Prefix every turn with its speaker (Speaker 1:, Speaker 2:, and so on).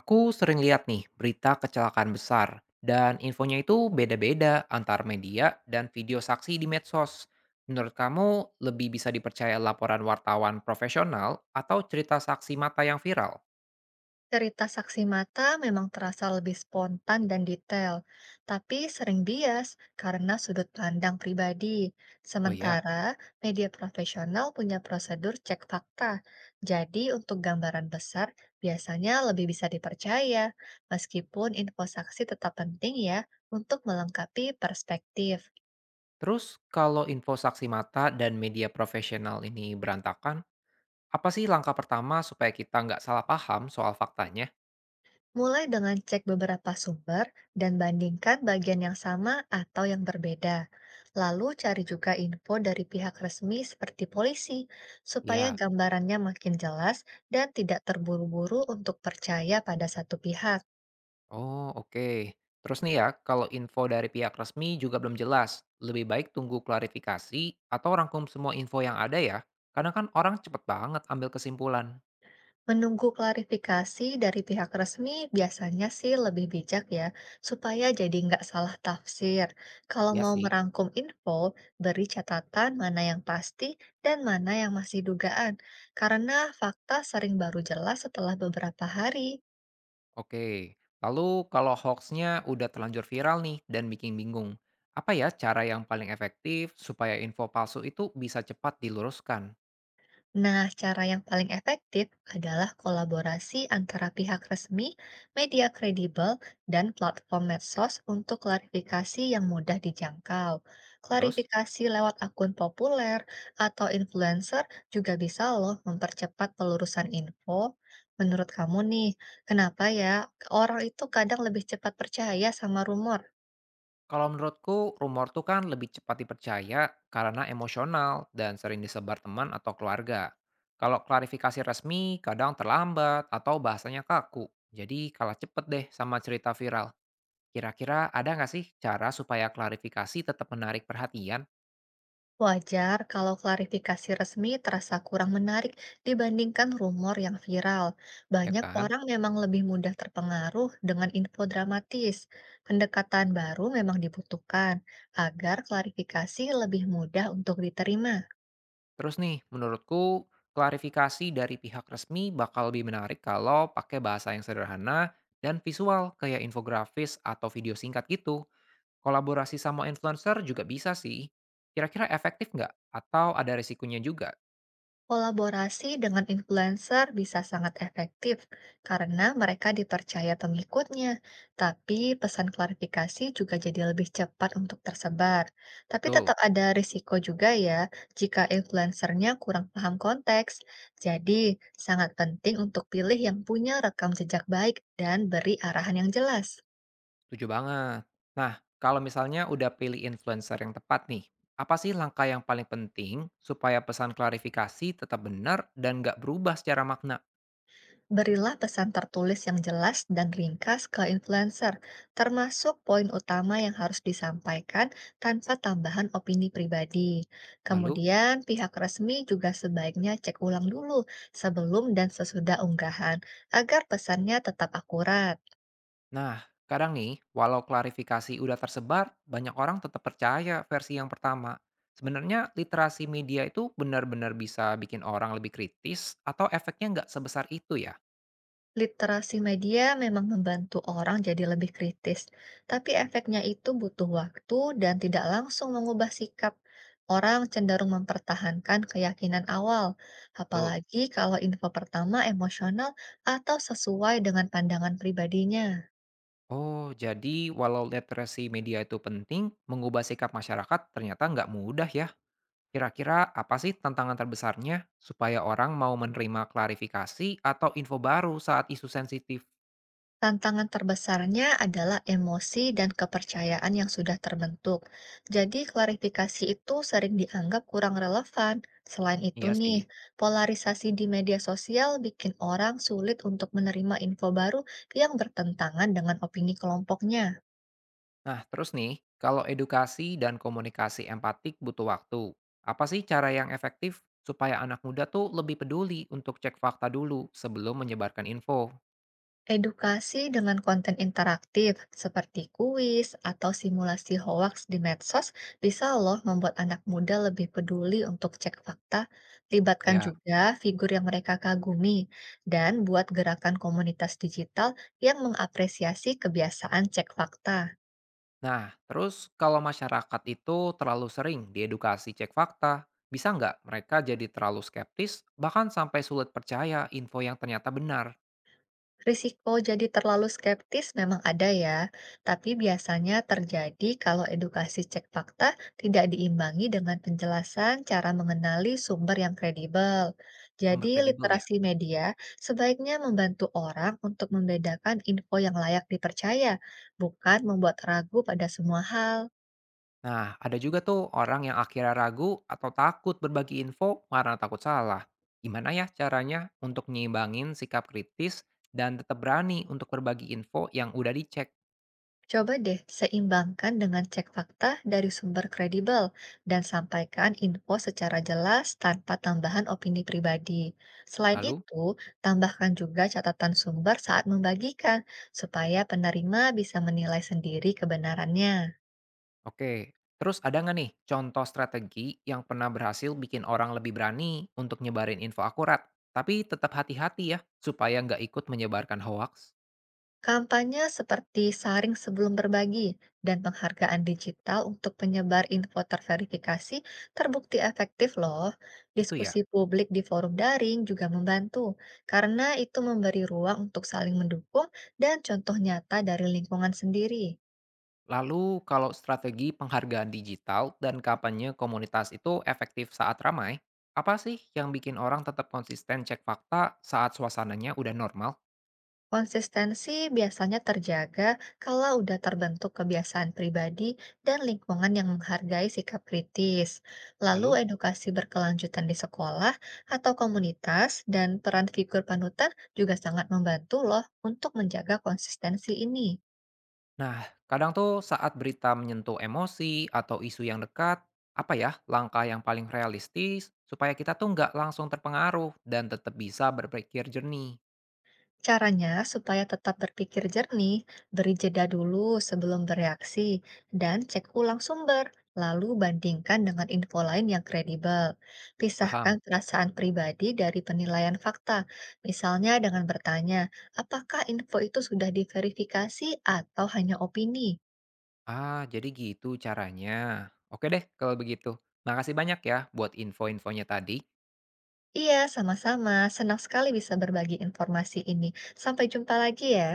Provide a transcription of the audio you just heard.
Speaker 1: Aku sering lihat nih berita kecelakaan besar dan infonya itu beda-beda antar media dan video saksi di medsos. Menurut kamu lebih bisa dipercaya laporan wartawan profesional atau cerita saksi mata yang viral?
Speaker 2: Cerita saksi mata memang terasa lebih spontan dan detail, tapi sering bias karena sudut pandang pribadi.
Speaker 1: Oh ya.
Speaker 2: Sementara media profesional punya prosedur cek fakta, jadi untuk gambaran besar biasanya lebih bisa dipercaya, meskipun info saksi tetap penting ya untuk melengkapi perspektif.
Speaker 1: Terus kalau info saksi mata dan media profesional ini berantakan, apa sih langkah pertama supaya kita nggak salah paham soal faktanya?
Speaker 2: Mulai dengan cek beberapa sumber dan bandingkan bagian yang sama atau yang berbeda. Lalu cari juga info dari pihak resmi seperti polisi, supaya
Speaker 1: Ya.
Speaker 2: gambarannya makin jelas dan tidak terburu-buru untuk percaya pada satu pihak.
Speaker 1: Oh, oke. Terus nih ya, kalau info dari pihak resmi juga belum jelas, lebih baik tunggu klarifikasi atau rangkum semua info yang ada ya. Karena kan orang cepet banget ambil kesimpulan.
Speaker 2: Menunggu klarifikasi dari pihak resmi biasanya sih lebih bijak ya, supaya jadi nggak salah tafsir. Kalau
Speaker 1: Ya
Speaker 2: mau
Speaker 1: sih.
Speaker 2: merangkum info, beri catatan mana yang pasti dan mana yang masih dugaan, karena fakta sering baru jelas setelah beberapa hari.
Speaker 1: Oke, lalu kalau hoaxnya udah terlanjur viral nih dan bikin bingung, apa ya cara yang paling efektif supaya info palsu itu bisa cepat diluruskan?
Speaker 2: Nah, cara yang paling efektif adalah kolaborasi antara pihak resmi, media kredibel, dan platform medsos untuk klarifikasi yang mudah dijangkau.
Speaker 1: Terus?
Speaker 2: Klarifikasi lewat akun populer atau influencer juga bisa loh mempercepat pelurusan info. Menurut kamu nih, kenapa ya orang itu kadang lebih cepat percaya sama rumor?
Speaker 1: Kalau menurutku, rumor tuh kan lebih cepat dipercaya karena emosional dan sering disebar teman atau keluarga. Kalau klarifikasi resmi, kadang terlambat atau bahasanya kaku. Jadi kalah cepet deh sama cerita viral. Kira-kira ada nggak sih cara supaya klarifikasi tetap menarik perhatian?
Speaker 2: Wajar kalau klarifikasi resmi terasa kurang menarik dibandingkan rumor yang viral.
Speaker 1: Ya
Speaker 2: Banyak
Speaker 1: kan?
Speaker 2: orang memang lebih mudah terpengaruh dengan info dramatis. Pendekatan baru memang dibutuhkan agar klarifikasi lebih mudah untuk diterima.
Speaker 1: Terus nih, menurutku klarifikasi dari pihak resmi bakal lebih menarik kalau pakai bahasa yang sederhana dan visual kayak infografis atau video singkat gitu. Kolaborasi sama influencer juga bisa sih. Kira-kira efektif nggak? Atau ada resikonya juga?
Speaker 2: Kolaborasi dengan influencer bisa sangat efektif karena mereka dipercaya pengikutnya, tapi pesan klarifikasi juga jadi lebih cepat untuk tersebar. Tapi
Speaker 1: Betul,
Speaker 2: tetap ada risiko juga ya jika influencernya kurang paham konteks. Jadi, sangat penting untuk pilih yang punya rekam jejak baik dan beri arahan yang jelas.
Speaker 1: setuju banget. Nah, kalau misalnya udah pilih influencer yang tepat nih, apa sih langkah yang paling penting supaya pesan klarifikasi tetap benar dan nggak berubah secara makna?
Speaker 2: Berilah pesan tertulis yang jelas dan ringkas ke influencer, termasuk poin utama yang harus disampaikan tanpa tambahan opini pribadi.
Speaker 1: Lalu,
Speaker 2: Kemudian, pihak resmi juga sebaiknya cek ulang dulu sebelum dan sesudah unggahan agar pesannya tetap akurat.
Speaker 1: nah kadang nih, walau klarifikasi udah tersebar, banyak orang tetap percaya versi yang pertama. Sebenarnya literasi media itu benar-benar bisa bikin orang lebih kritis atau efeknya nggak sebesar itu ya?
Speaker 2: Literasi media memang membantu orang jadi lebih kritis, tapi efeknya itu butuh waktu dan tidak langsung mengubah sikap. Orang cenderung mempertahankan keyakinan awal,
Speaker 1: Betul.
Speaker 2: apalagi kalau info pertama emosional atau sesuai dengan pandangan pribadinya.
Speaker 1: Oh, jadi walau literasi media itu penting, mengubah sikap masyarakat ternyata nggak mudah ya. Kira-kira apa sih tantangan terbesarnya supaya orang mau menerima klarifikasi atau info baru saat isu sensitif?
Speaker 2: Tantangan terbesarnya adalah emosi dan kepercayaan yang sudah terbentuk. Jadi, klarifikasi itu sering dianggap kurang relevan. Selain itu
Speaker 1: Iya sih.
Speaker 2: nih, polarisasi di media sosial bikin orang sulit untuk menerima info baru yang bertentangan dengan opini kelompoknya.
Speaker 1: Nah, terus nih, kalau edukasi dan komunikasi empatik butuh waktu, apa sih cara yang efektif supaya anak muda tuh lebih peduli untuk cek fakta dulu sebelum menyebarkan info?
Speaker 2: Edukasi dengan konten interaktif seperti kuis atau simulasi hoaks di medsos bisa loh membuat anak muda lebih peduli untuk cek fakta, libatkan
Speaker 1: Ya.
Speaker 2: juga figur yang mereka kagumi, dan buat gerakan komunitas digital yang mengapresiasi kebiasaan cek fakta.
Speaker 1: Nah, terus kalau masyarakat itu terlalu sering diedukasi cek fakta, bisa nggak mereka jadi terlalu skeptis, bahkan sampai sulit percaya info yang ternyata benar,
Speaker 2: Risiko jadi terlalu skeptis memang ada ya, tapi biasanya terjadi kalau edukasi cek fakta tidak diimbangi dengan penjelasan cara mengenali sumber yang kredibel.
Speaker 1: sumber
Speaker 2: Jadi,
Speaker 1: kredibel ya?
Speaker 2: literasi media sebaiknya membantu orang untuk membedakan info yang layak dipercaya, bukan membuat ragu pada semua hal.
Speaker 1: Nah, ada juga tuh orang yang akhirnya ragu atau takut berbagi info karena takut salah. Gimana ya caranya untuk nyimbangin sikap kritis dan tetap berani untuk berbagi info yang udah dicek?
Speaker 2: Coba deh seimbangkan dengan cek fakta dari sumber kredibel dan sampaikan info secara jelas tanpa tambahan opini pribadi. Selain
Speaker 1: Lalu?
Speaker 2: itu, tambahkan juga catatan sumber saat membagikan supaya penerima bisa menilai sendiri kebenarannya.
Speaker 1: Oke, terus ada nggak nih contoh strategi yang pernah berhasil bikin orang lebih berani untuk nyebarin info akurat? Tapi tetap hati-hati ya, supaya nggak ikut menyebarkan hoax.
Speaker 2: Kampanye seperti saring sebelum berbagi dan penghargaan digital untuk penyebar info terverifikasi terbukti efektif loh.
Speaker 1: Itu ya.
Speaker 2: Diskusi publik di forum daring juga membantu karena itu memberi ruang untuk saling mendukung dan contoh nyata dari lingkungan sendiri.
Speaker 1: Lalu kalau strategi penghargaan digital dan kampanye komunitas itu efektif saat ramai, apa sih yang bikin orang tetap konsisten cek fakta saat suasananya udah normal?
Speaker 2: Konsistensi biasanya terjaga kalau udah terbentuk kebiasaan pribadi dan lingkungan yang menghargai sikap kritis. Lalu
Speaker 1: Lalu?
Speaker 2: edukasi berkelanjutan di sekolah atau komunitas dan peran figur panutan juga sangat membantu loh untuk menjaga konsistensi ini.
Speaker 1: Nah, kadang tuh saat berita menyentuh emosi atau isu yang dekat, apa ya langkah yang paling realistis supaya kita tuh nggak langsung terpengaruh dan tetap bisa berpikir jernih.
Speaker 2: Caranya supaya tetap berpikir jernih, beri jeda dulu sebelum bereaksi dan cek ulang sumber, lalu bandingkan dengan info lain yang kredibel. Pisahkan
Speaker 1: Paham?
Speaker 2: perasaan pribadi dari penilaian fakta, misalnya dengan bertanya, apakah info itu sudah diverifikasi atau hanya opini?
Speaker 1: Ah, jadi gitu caranya. Oke deh kalau begitu. Makasih banyak ya buat info-infonya tadi.
Speaker 2: Iya, sama-sama. Senang sekali bisa berbagi informasi ini. Sampai jumpa lagi ya.